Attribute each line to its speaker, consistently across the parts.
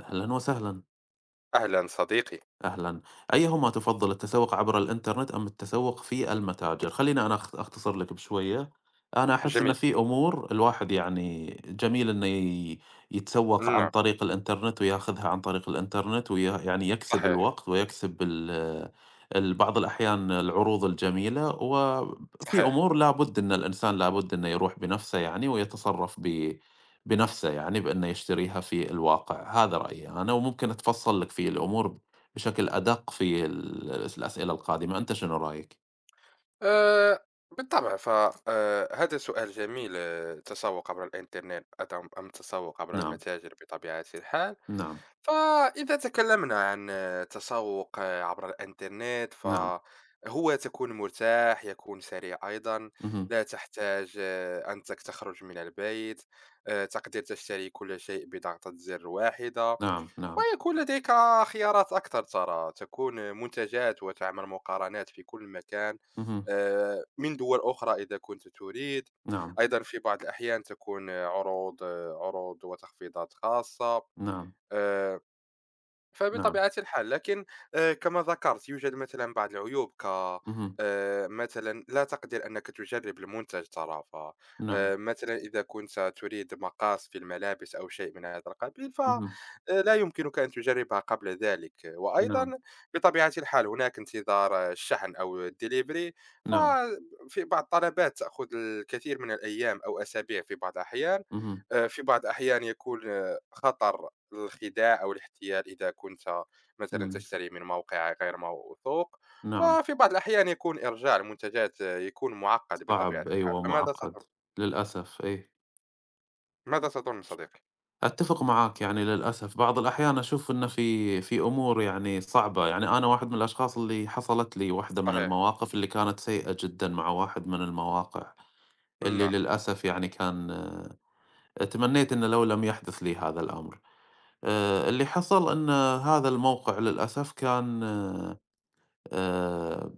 Speaker 1: أهلًا وسهلًا.
Speaker 2: أهلا صديقي،
Speaker 1: أهلًا. أيهما تفضّل التسوق عبر الإنترنت أم التسوق في المتاجر؟ خلّيني أنا أختصر لك بشوية. أنا أحس إن
Speaker 2: جميل،
Speaker 1: في أمور الواحد يعني جميل إنه يتسوق عن
Speaker 2: نعم،
Speaker 1: طريق الإنترنت وياخذها عن طريق الإنترنت يعني يكسب
Speaker 2: صحيح،
Speaker 1: الوقت ويكسب ال ال بعض الأحيان العروض الجميلة، وفي
Speaker 2: صحيح،
Speaker 1: أمور لابد إن الإنسان لابد إنه يروح بنفسه يعني ويتصرّف بنفسه يعني بإنه يشتريها في الواقع، هذا رأيي أنا وممكن أتفصّل لك في الأمور بشكل أدق في الأسئلة القادمة، أنت شنو رأيك؟
Speaker 2: آآ بالطبع ف هذا سؤال جميل، التسوق عبر الإنترنت أم التسوق عبر
Speaker 1: نعم،
Speaker 2: المتاجر بطبيعة الحال،
Speaker 1: نعم،
Speaker 2: فإذا تكلمنا عن التسوق عبر الإنترنت
Speaker 1: نعم،
Speaker 2: فهو تكون مرتاح، يكون سريع أيضًا،
Speaker 1: اهم،
Speaker 2: لا تحتاج أنك تخرج من البيت، تقدر تشتري كل شيء بضغطة زر واحدة.
Speaker 1: نعم، نعم،
Speaker 2: ويكون لديك خيارات أكثر، ترى تكون منتجات وتعمل مقارنات في كل مكان
Speaker 1: اهم،
Speaker 2: من دول أخرى إذا كنت تريد.
Speaker 1: نعم،
Speaker 2: أيضا في بعض الأحيان تكون عروض وتخفيضات خاصة
Speaker 1: نعم،
Speaker 2: آه،
Speaker 1: نعم،
Speaker 2: فبطبيعة الحال، لكن كما ذكرت يوجد مثلًا بعض العيوب، ك
Speaker 1: اهم،
Speaker 2: مثلًا لا تقدر أنك تجرّب المنتج، ترى، ف
Speaker 1: نعم،
Speaker 2: مثلًا إذا كنت تريد مقاس في الملابس أو شيء من هذا القبيل، ف
Speaker 1: اهم،
Speaker 2: لا يمكنك أن تجرّبها قبل ذلك،
Speaker 1: نعم،
Speaker 2: وأيضًا بطبيعة الحال هناك انتظار الشحن أو الdelivery،
Speaker 1: نعم،
Speaker 2: ففي بعض الطلبات تأخذ الكثير من الأيام أو أسابيع في بعض الأحيان،
Speaker 1: اهم،
Speaker 2: في بعض الأحيان يكون خطر الخداع أو الاحتيال إذا كنت مثلًا
Speaker 1: إمم،
Speaker 2: تشتري من موقع غير موثوق،
Speaker 1: نعم،
Speaker 2: وفي بعض الأحيان يكون إرجاع المنتجات يكون معقّد بطبيعة
Speaker 1: صعب
Speaker 2: الحال،
Speaker 1: أيوه،
Speaker 2: فماذا
Speaker 1: معقّد،
Speaker 2: تظن؟
Speaker 1: للأسف أي،
Speaker 2: ماذا تظن صديقي؟
Speaker 1: أتّفق معاك يعني للأسف بعض الأحيان أشوف إنه في أمور يعني صعبة، يعني أنا واحد من الأشخاص اللي حصلت لي واحدة من
Speaker 2: صحيح،
Speaker 1: المواقف اللي كانت سيئة جدًا مع واحد من المواقع، اللي
Speaker 2: نعم،
Speaker 1: للأسف يعني كان تمنيت إن لو لم يحدث لي هذا الأمر، اللي حصل إن هذا الموقع للأسف كان، آآ،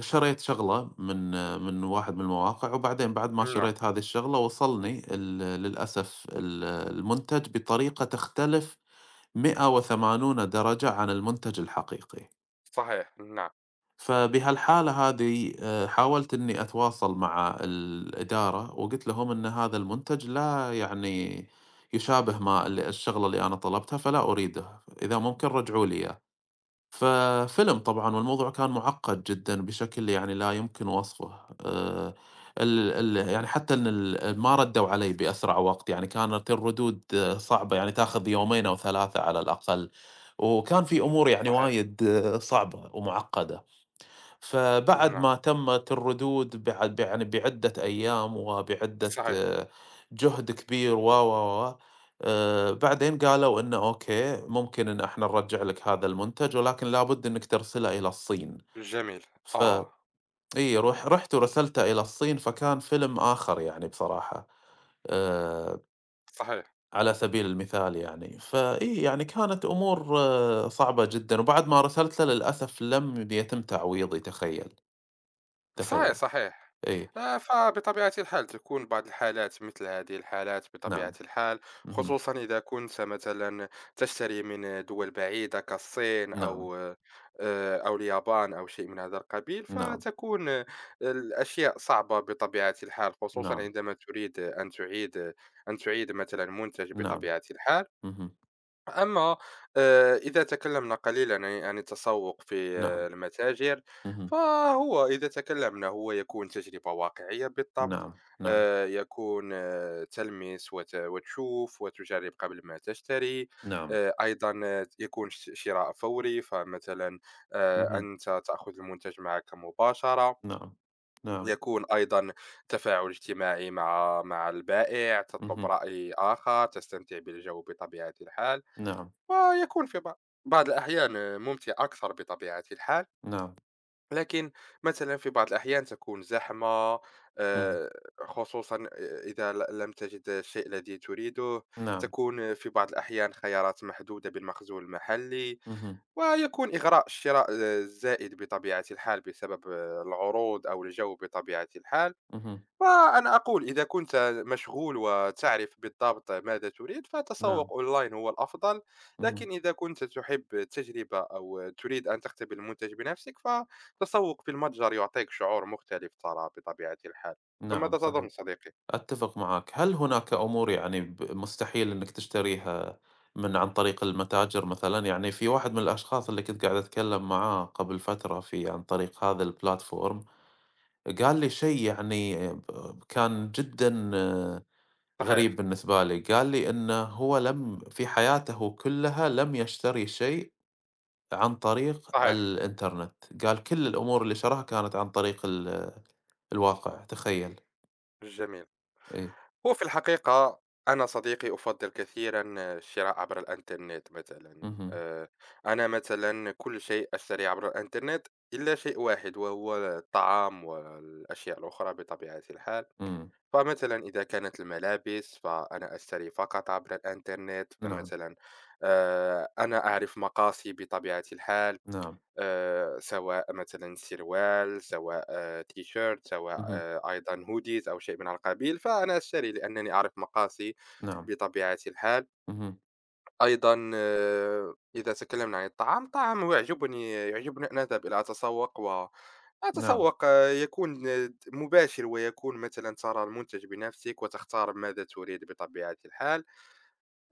Speaker 1: شريت شغلة من من واحد من المواقع، وبعدين بعد ما
Speaker 2: نعم،
Speaker 1: شريت هذه الشغلة وصلني للأسف المنتج بطريقة تختلف 180 درجة عن المنتج الحقيقي.
Speaker 2: صحيح، نعم،
Speaker 1: فبهالحالة هذي حاولت إني أتواصل مع الإدارة وقُلت لهم إن هذا المنتج لا يعني يشابه ما الشغلة اللي أنا طلبتها فلا أريده، إذا ممكن رجعوا لي إياه. ففِلِم طبعًا والموضوع كان مُعقّد جدًا بشكل يعني لا يمكن وصفه. آآ، ال ال يعني حتى إن ما ردّوا علي بأسرع وقت، يعني كانت الردود صعبة، يعني تاخذ يومين أو 3 على الأقل، وكان في أمور يعني
Speaker 2: صحيح،
Speaker 1: وايد صعبة ومُعقّدة. فبعد
Speaker 2: نعم،
Speaker 1: ما تمت الردود بعد يعني بعدة أيام وبعدة
Speaker 2: صحيح،
Speaker 1: جهد كبير و بعدين قالوا إنه أوكي ممكن إن إحنا نرجع لك هذا المنتج ولكن لابد إنك ترسله إلى الصين،
Speaker 2: جميل،
Speaker 1: ف
Speaker 2: آه،
Speaker 1: إي روح رحت ورسلته إلى الصين فكان فيلم آخر يعني بصراحة، آه،
Speaker 2: صحيح.
Speaker 1: على سبيل المثال يعني فإي يعني كانت أمور صعبة جدا وبعد ما رسلت له للأسف لم يتم تعويضي، تخيل، تخيل،
Speaker 2: صحيح، صحيح.
Speaker 1: إي.
Speaker 2: فبطبيعة الحال تكون بعض الحالات مثل هذه الحالات
Speaker 1: نعم،
Speaker 2: بطبيعة الحال،
Speaker 1: اهم،
Speaker 2: خصوصًا إذا كنت مثلًا تشتري من دول بعيدة كالصين
Speaker 1: نعم،
Speaker 2: أو اليابان أو شيء من هذا القبيل،
Speaker 1: نعم،
Speaker 2: فتكون الأشياء صعبة بطبيعة الحال، خصوصًا
Speaker 1: نعم،
Speaker 2: عندما تريد أن تعيد مثلًا منتج
Speaker 1: نعم،
Speaker 2: بطبيعة الحال.
Speaker 1: اهم،
Speaker 2: أما إذا تكلمنا قليلا عن التسوق في
Speaker 1: نعم، آه.
Speaker 2: المتاجر،
Speaker 1: اهم،
Speaker 2: فهو إذا تكلمنا هو يكون تجربة واقعية بالضبط،
Speaker 1: نعم، آه.
Speaker 2: يكون تلمس وتشوف وتجرب قبل ما تشتري،
Speaker 1: نعم، نعم،
Speaker 2: أيضا يكون شراء فوري، فمثلا
Speaker 1: اهم،
Speaker 2: أنت تأخذ المنتج معك مباشرة،
Speaker 1: نعم،
Speaker 2: يكون ايضا تفاعل اجتماعي مع البائع،
Speaker 1: نعم،
Speaker 2: تطلب راي اخر، تستمتع بالجو بطبيعه الحال،
Speaker 1: اهم، نعم،
Speaker 2: ويكون في بعض الأحيان ممتع أكثر بطبيعة الحال.
Speaker 1: نعم،
Speaker 2: لكن مثلا في بعض الأحيان تكون زحمة،
Speaker 1: إمم،
Speaker 2: آه، خصوصا إذا لم تجد الشيء الذي تريده،
Speaker 1: نعم،
Speaker 2: تكون في بعض الأحيان خيارات محدودة بالمخزون المحلي،
Speaker 1: اهم،
Speaker 2: ويكون إغراء الشراء الزائد بطبيعة الحال بسبب العروض أو الجو بطبيعة الحال.
Speaker 1: اهم،
Speaker 2: وأنا أقول إذا كنت مشغول وتعرف بالضبط ماذا تريد
Speaker 1: نعم،
Speaker 2: فالتسوق أونلاين هو الأفضل،
Speaker 1: اهم،
Speaker 2: لكن إذا كنت تحب التجربة أو تريد أن تختبر المنتج بنفسك فالتسوق في المتجر يعطيك شعور مختلف، ترى، بطبيعة الحال.
Speaker 1: نعم،
Speaker 2: فماذا
Speaker 1: صحيح،
Speaker 2: تظن صديقي؟
Speaker 1: أتفق معك. هل هناك أمور يعني ب مستحيل إنك تشتريها من عن طريق المتاجر مثلًا؟ يعني في واحد من الأشخاص اللي كنت قاعد أتكلم معاه قبل فترة في عن طريق هذا الplatform قال لي شيء يعني ب كان جدًا غريب
Speaker 2: صحيح،
Speaker 1: بالنسبة لي، قال لي إنه هو لم في حياته كلها لم يشتري شيء عن طريق
Speaker 2: صحيح،
Speaker 1: الإنترنت، قال كل الأمور اللي شراها كانت عن طريق الواقع تخيل!
Speaker 2: جميل.
Speaker 1: إيه،
Speaker 2: هو في الحقيقة أنا صديقي أفضّل كثيرًا الشراء عبر الإنترنت مثلًا،
Speaker 1: اهم،
Speaker 2: أنا مثلًا كل شيء أشتريه عبر الإنترنت إلا شيء واحد وهو الطعام والأشياء الأخرى بطبيعة الحال،
Speaker 1: إمم،
Speaker 2: فمثلًا إذا كانت الملابس فأنا أشتري فقط عبر الإنترنت،
Speaker 1: نعم،
Speaker 2: فمثلًا أنا أعرف مقاسي بطبيعة الحال.
Speaker 1: نعم،
Speaker 2: سواء مثلًا سروال، سواء تيشيرت، سواء
Speaker 1: اهم،
Speaker 2: أيضًا hoodies أو شيء من هذا القبيل، فأنا أشتري لأنني أعرف مقاسي
Speaker 1: نعم،
Speaker 2: بطبيعة الحال.
Speaker 1: اهم،
Speaker 2: أيضًا إذا تكلمنا عن الطعام، هو يعجبني، أن أذهب إلى
Speaker 1: نعم،
Speaker 2: أتسوق يكون مباشر، ويكون مثلًا ترى المنتج بنفسك وتختار ماذا تريد بطبيعة الحال.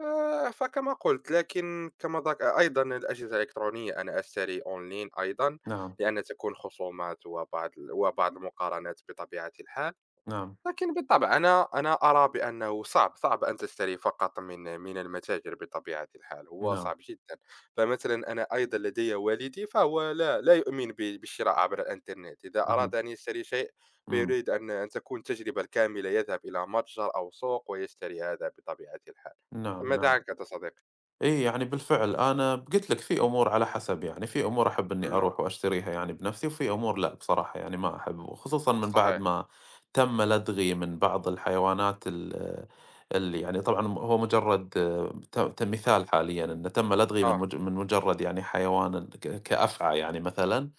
Speaker 2: فكما قُلت، لكن كما ذك أيضًا الأجهزة الإلكترونية أنا أشتري online أيضًا،
Speaker 1: نعم،
Speaker 2: لأن تكون خصومات وبعض المقارنات بطبيعة الحال.
Speaker 1: نعم،
Speaker 2: لكن بالطبع أنا أرى بأنه صعب صعب أن تشتري فقط من المتاجر بطبيعة الحال، هو
Speaker 1: نعم،
Speaker 2: صعب جدا. فمثلا أنا أيضا لدي والدي، فهو لا لا يؤمن بالشراء عبر الإنترنت، إذا
Speaker 1: اهم،
Speaker 2: أراد أن يشتري شيء
Speaker 1: إمم،
Speaker 2: فيريد أن تكون تجربة الكاملة، يذهب إلى متجر أو سوق ويشتري هذا بطبيعة الحال.
Speaker 1: نعم،
Speaker 2: فماذا
Speaker 1: نعم.
Speaker 2: عنك أنت صديقي؟
Speaker 1: إي يعني بالفعل أنا قُلت لك في أمور على حسب يعني، في أمور أحب إني
Speaker 2: نعم،
Speaker 1: أروح وأشتريها يعني بنفسي، وفي أمور لأ بصراحة يعني ما أحب، وخصوصًا من بعد
Speaker 2: صحيح،
Speaker 1: ما تم لدغي من بعض الحيوانات اللي يعني طبعًا م هو مجرد ت ت مثال حاليًا إنه تم لدغي من
Speaker 2: آه،
Speaker 1: من مجرد يعني حيوان كأفعى يعني مثلًا،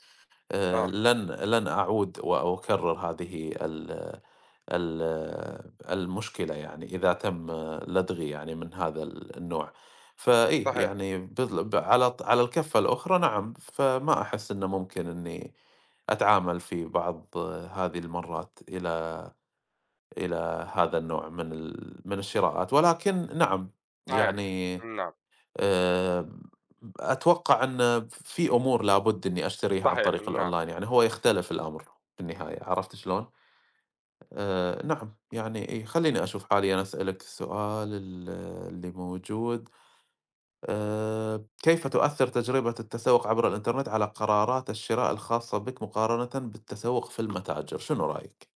Speaker 2: آه،
Speaker 1: لن أعود وأكرر هذه المشكلة يعني إذا تم لدغي يعني من هذا النوع، فإيه
Speaker 2: صحيح،
Speaker 1: يعني على الكفة الأخرى نعم فما أحس إنه ممكن إني أتعامل في بعض هذه المرات إلى إلى هذا النوع من من الشراءات ولكن نعم
Speaker 2: صحيح،
Speaker 1: يعني،
Speaker 2: نعم،
Speaker 1: آه، أتوقع أن في أمور لابد إني أشتريها عن
Speaker 2: صحيح،
Speaker 1: طريق
Speaker 2: نعم،
Speaker 1: الأونلاين يعني هو يختلف الأمر في النهاية عرفت شلون؟ نعم، يعني إيه، خلّيني أشوف حالي أنا أسألك السؤال اللي موجود، كيف تؤثّر تجربة التسوق عبر الإنترنت على قرارات الشراء الخاصة بك مقارنةً بالتسوق في المتاجر؟ شنو رأيك؟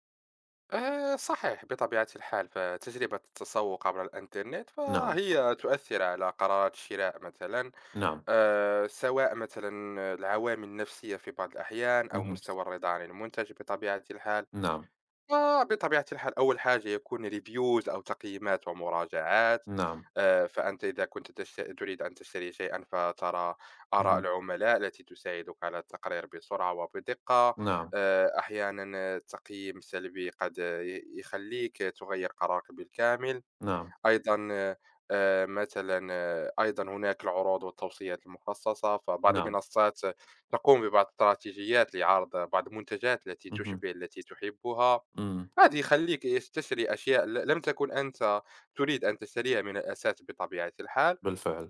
Speaker 2: صحيح بطبيعة الحال. فتجربة التسوق عبر الإنترنت
Speaker 1: نعم،
Speaker 2: فهي تؤثر على قرارات الشراء مثلا،
Speaker 1: نعم،
Speaker 2: سواء مثلا العوامل النفسية في بعض الأحيان أو
Speaker 1: اهم،
Speaker 2: مستوى الرضا عن المنتج بطبيعة الحال.
Speaker 1: نعم،
Speaker 2: بطبيعة الحال أول حاجة يكون reviews أو تقييمات ومراجعات،
Speaker 1: نعم،
Speaker 2: فأنت إذا كنت تريد أن تشتري شيئا فترى آراء
Speaker 1: اهم،
Speaker 2: العملاء التي تساعدك على التقرير بسرعة وبدقة.
Speaker 1: نعم،
Speaker 2: أحيانا التقييم السلبي قد يخليك تغير قرارك بالكامل.
Speaker 1: نعم،
Speaker 2: أيضا مثلا أيضا هناك العروض والتوصيات المخصصة، فبعض
Speaker 1: نعم،
Speaker 2: المنصات تقوم ببعض الاستراتيجيات لعرض بعض المنتجات التي
Speaker 1: اهم،
Speaker 2: تشبه التي تحبها،
Speaker 1: إمم،
Speaker 2: هذا يخلّيك تستشري أشياء لم تكن أنت تريد أن تشتريها من الأساس بطبيعة الحال.
Speaker 1: بالفعل،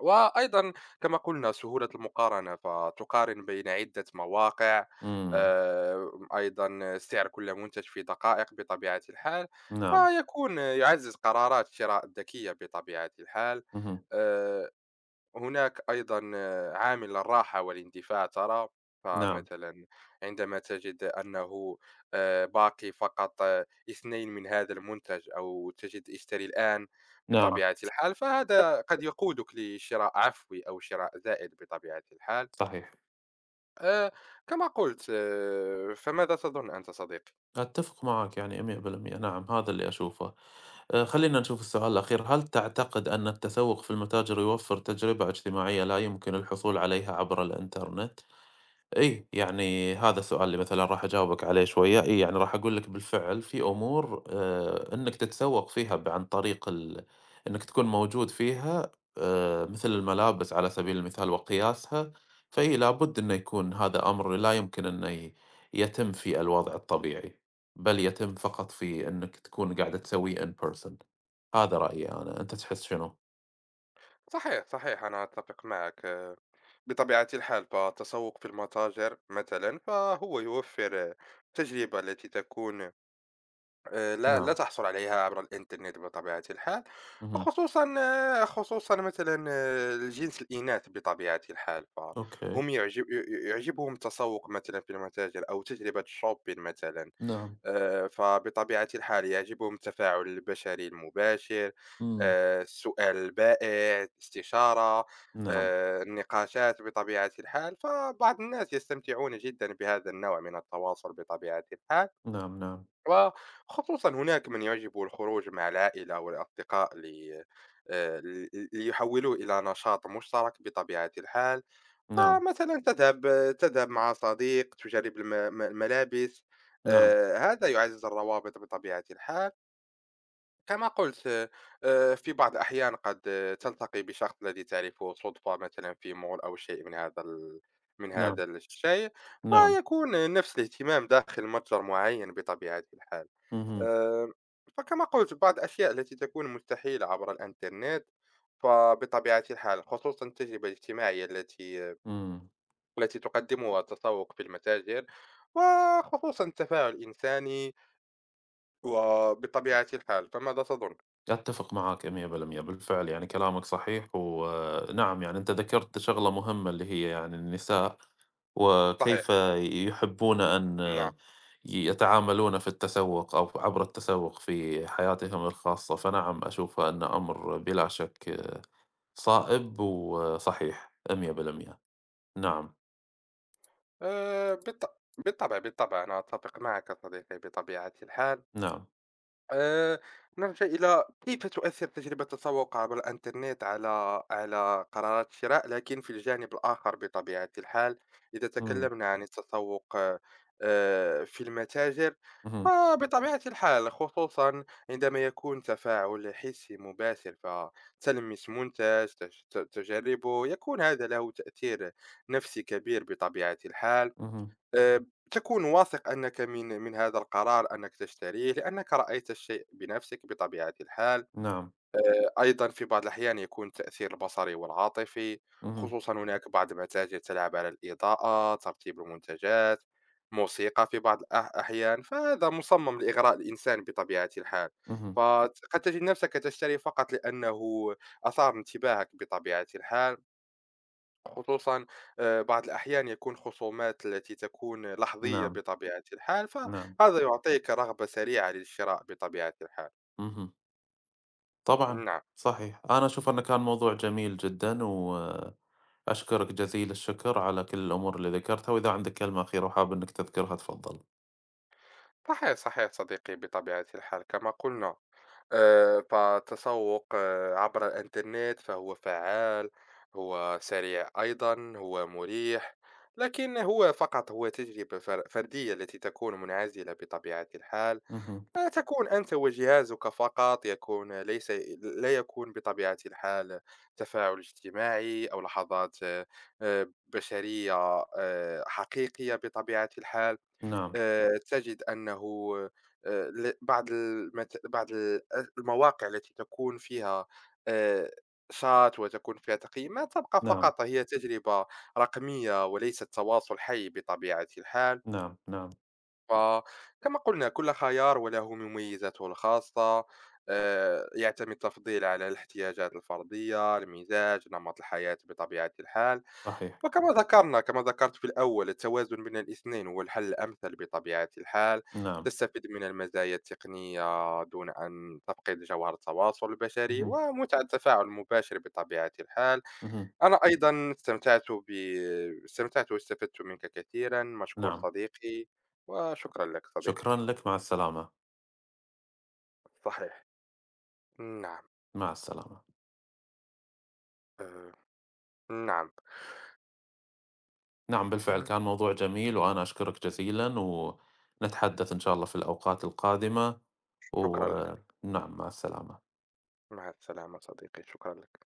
Speaker 2: وأيضًا كما قُلنا سهولة المقارنة، فتقارن بين عدة مواقع،
Speaker 1: إمم،
Speaker 2: آآ، أيضًا سعر كل منتج في دقائق بطبيعة الحال،
Speaker 1: نعم،
Speaker 2: فيكون يعزّز قرارات الشراء الذكية بطبيعة الحال.
Speaker 1: اهم،
Speaker 2: آآ هناك أيضًا عامل الراحة والاندفاع، ترى،
Speaker 1: نعم،
Speaker 2: فمثلًا عندما تجد أنه باقي فقط 2 من هذا المنتج أو تجد اشتري الآن
Speaker 1: نعم،
Speaker 2: بطبيعة الحال، فهذا قد يقودك لشراء عفوي أو شراء زائد بطبيعة الحال.
Speaker 1: صحيح.
Speaker 2: آآ، كما قلت فماذا تظن أنت صديقي؟
Speaker 1: أتفق معك يعني 100% نعم هذا اللي أشوفه. خلينا نشوف السؤال الأخير. هل تعتقد أن التسوق في المتاجر يوفر تجربة اجتماعية لا يمكن الحصول عليها عبر الإنترنت؟ إيه، يعني هذا السؤال اللي مثلًا راح أجاوبك عليه شوية، إيه، يعني راح أقول لك بالفعل في أمور إنّك تتسوّق فيها ب عن طريق إنّك تكون موجود فيها، مثل الملابس على سبيل المثال وقياسها، فإي لابد إنه يكون هذا أمر لا يمكن إنه ي يتم في الوضع الطبيعي، بل يتم فقط في إنّك تكون قاعد تسويه in person. هذا رأيي أنا، أنت تحس شنو؟
Speaker 2: صحيح، صحيح، أنا أتفق معك بطبيعة الحال، فالتسوق في المتاجر مثلًا فهو يوفر التجربة التي تكون لا لا
Speaker 1: نعم،
Speaker 2: تحصل عليها عبر الإنترنت بطبيعة الحال،
Speaker 1: اهم،
Speaker 2: وخصوصًا آه، خصوصًا مثلًا الجنس الإناث بطبيعة الحال،
Speaker 1: أوكي،
Speaker 2: فهم يعجب ي ي يعجبهم التسوق مثلًا في المتاجر أو تجربة shopping مثلًا،
Speaker 1: نعم،
Speaker 2: فبطبيعة الحال يعجبهم التفاعل البشري المباشر،
Speaker 1: إمم،
Speaker 2: السؤال البائع، الاستشارة،
Speaker 1: نعم،
Speaker 2: النقاشات بطبيعة الحال، فبعض الناس يستمتعون جدًا بهذا النوع من التواصل بطبيعة الحال.
Speaker 1: نعم، نعم،
Speaker 2: وخصوصًا هناك من يعجبه الخروج مع العائلة والأصدقاء لي ل ليحوّلوه إلى نشاط مشترك بطبيعة الحال،
Speaker 1: نعم،
Speaker 2: فمثلًا تذهب مع صديق، تجرّب الملابس،
Speaker 1: نعم.
Speaker 2: هذا يُعزّز الروابط بطبيعة الحال. كما قُلت في بعض الأحيان قد تلتقي بشخص الذي تعرفه صُدفة مثلًا في mall أو شيء من
Speaker 1: نعم،
Speaker 2: هذا الشيء،
Speaker 1: نعم،
Speaker 2: ويكون نفس الاهتمام داخل متجر معيّن بطبيعة الحال.
Speaker 1: اهم،
Speaker 2: آه، فكما قلت بعض الأشياء التي تكون مستحيلة عبر الإنترنت، فبطبيعة الحال خصوصا التجربة الاجتماعية التي
Speaker 1: إمم،
Speaker 2: التي تقدمها التسوق في المتاجر، وخصوصا التفاعل الإنساني، وبطبيعة الحال، فماذا تظن؟
Speaker 1: أتّفق معاك 100% بالفعل يعني كلامك صحيح، ونعم يعني أنت ذكرت شغلة مهمة اللي هي يعني النساء
Speaker 2: صحيح،
Speaker 1: وكيف يحبون أن
Speaker 2: نعم،
Speaker 1: يتعاملون في التسوق أو عبر التسوق في حياتهم الخاصة، فنعم أشوفها أنه أمر بلا شك صائب وصحيح 100%. نعم،
Speaker 2: بالطبع بالطبع أنا أتفق معك صديقي بطبيعة الحال.
Speaker 1: نعم،
Speaker 2: آآ، نرجع إلى كيف تؤثّر تجربة التسوق عبر الإنترنت على قرارات الشراء، لكن في الجانب الآخر بطبيعة الحال، إذا
Speaker 1: إمم،
Speaker 2: تكلمنا عن التسوق في المتاجر،
Speaker 1: اهم،
Speaker 2: فبطبيعة الحال خصوصًا عندما يكون تفاعل حسي مباشر، فتلمس منتج، تج ت تجربه، يكون هذا له تأثير نفسي كبير بطبيعة الحال.
Speaker 1: اهم،
Speaker 2: آآ، تكون واثق أنك من هذا القرار أنك تشتريه، لأنك رأيت الشيء بنفسك بطبيعة الحال.
Speaker 1: نعم،
Speaker 2: أيضًا في بعض الأحيان يكون التأثير البصري والعاطفي،
Speaker 1: اهم،
Speaker 2: خصوصًا هناك بعض المتاجر تلعب على الإضاءة، ترتيب المنتجات، موسيقى في بعض أحيان، فهذا مصمم لإغراء الإنسان بطبيعة الحال.
Speaker 1: اهم،
Speaker 2: فقد تجد نفسك تشتري فقط لأنه أثار انتباهك بطبيعة الحال. خصوصًا بعض الأحيان يكون خصومات التي تكون لحظية
Speaker 1: نعم،
Speaker 2: بطبيعة الحال،
Speaker 1: نعم،
Speaker 2: فهذا يعطيك رغبة سريعة للشراء بطبيعة الحال.
Speaker 1: اهم. طبعًا،
Speaker 2: نعم،
Speaker 1: صحيح. أنا أشوف إنه كان موضوع جميل جدًا، وأشكرك جزيل الشكر على كل الأمور اللي ذكرتها، وإذا عندك كلمة أخيرة وحاب إنك تذكرها تفضل.
Speaker 2: صحيح، صحيح صديقي بطبيعة الحال، كما قلنا فالتسوق عبر الإنترنت فهو فعّال، هو سريع أيضًا، هو مريح، لكن هو فقط هو تجربة فردية التي تكون منعزلة بطبيعة الحال.
Speaker 1: اهم،
Speaker 2: تكون أنت وجهازك فقط، يكون ليس، لا يكون بطبيعة الحال تفاعل اجتماعي أو لحظات بشرية حقيقية بطبيعة الحال.
Speaker 1: نعم،
Speaker 2: تجد أنه بعض المت... بعض ال- المواقع التي تكون فيها آه، شات وتكون فيها تقييمات تبقى
Speaker 1: نعم،
Speaker 2: فقط هي تجربة رقمية وليست تواصل حي بطبيعة الحال.
Speaker 1: نعم، نعم،
Speaker 2: فكما قلنا كل خيار وله مميزاته الخاصة، يعتمد التفضيل على الاحتياجات الفردية، المزاج، نمط الحياة بطبيعة الحال.
Speaker 1: صحيح،
Speaker 2: وكما ذكرنا كما ذكرت في الأول التوازن بين الاثنين هو الحل الأمثل بطبيعة الحال،
Speaker 1: نعم،
Speaker 2: تستفيد من المزايا التقنية دون أن تفقد جوهر التواصل البشري
Speaker 1: اهم،
Speaker 2: ومتعة التفاعل المباشر بطبيعة الحال.
Speaker 1: اهم،
Speaker 2: أنا أيضًا ب استمتعت واستفدت منك كثيرًا، مشكور
Speaker 1: نعم.
Speaker 2: صديقي، وشكرًا لك صديقي.
Speaker 1: شكرًا لك، مع السلامة،
Speaker 2: صحيح، نعم،
Speaker 1: مع السلامة.
Speaker 2: آآ، نعم،
Speaker 1: نعم بالفعل
Speaker 2: آآ،
Speaker 1: كان موضوع جميل، وأنا أشكرك جزيلًا، ونتحدث إن شاء الله في الأوقات القادمة،
Speaker 2: شكرًا لك،
Speaker 1: ونعم، مع السلامة.
Speaker 2: مع السلامة صديقي، شكرًا لك.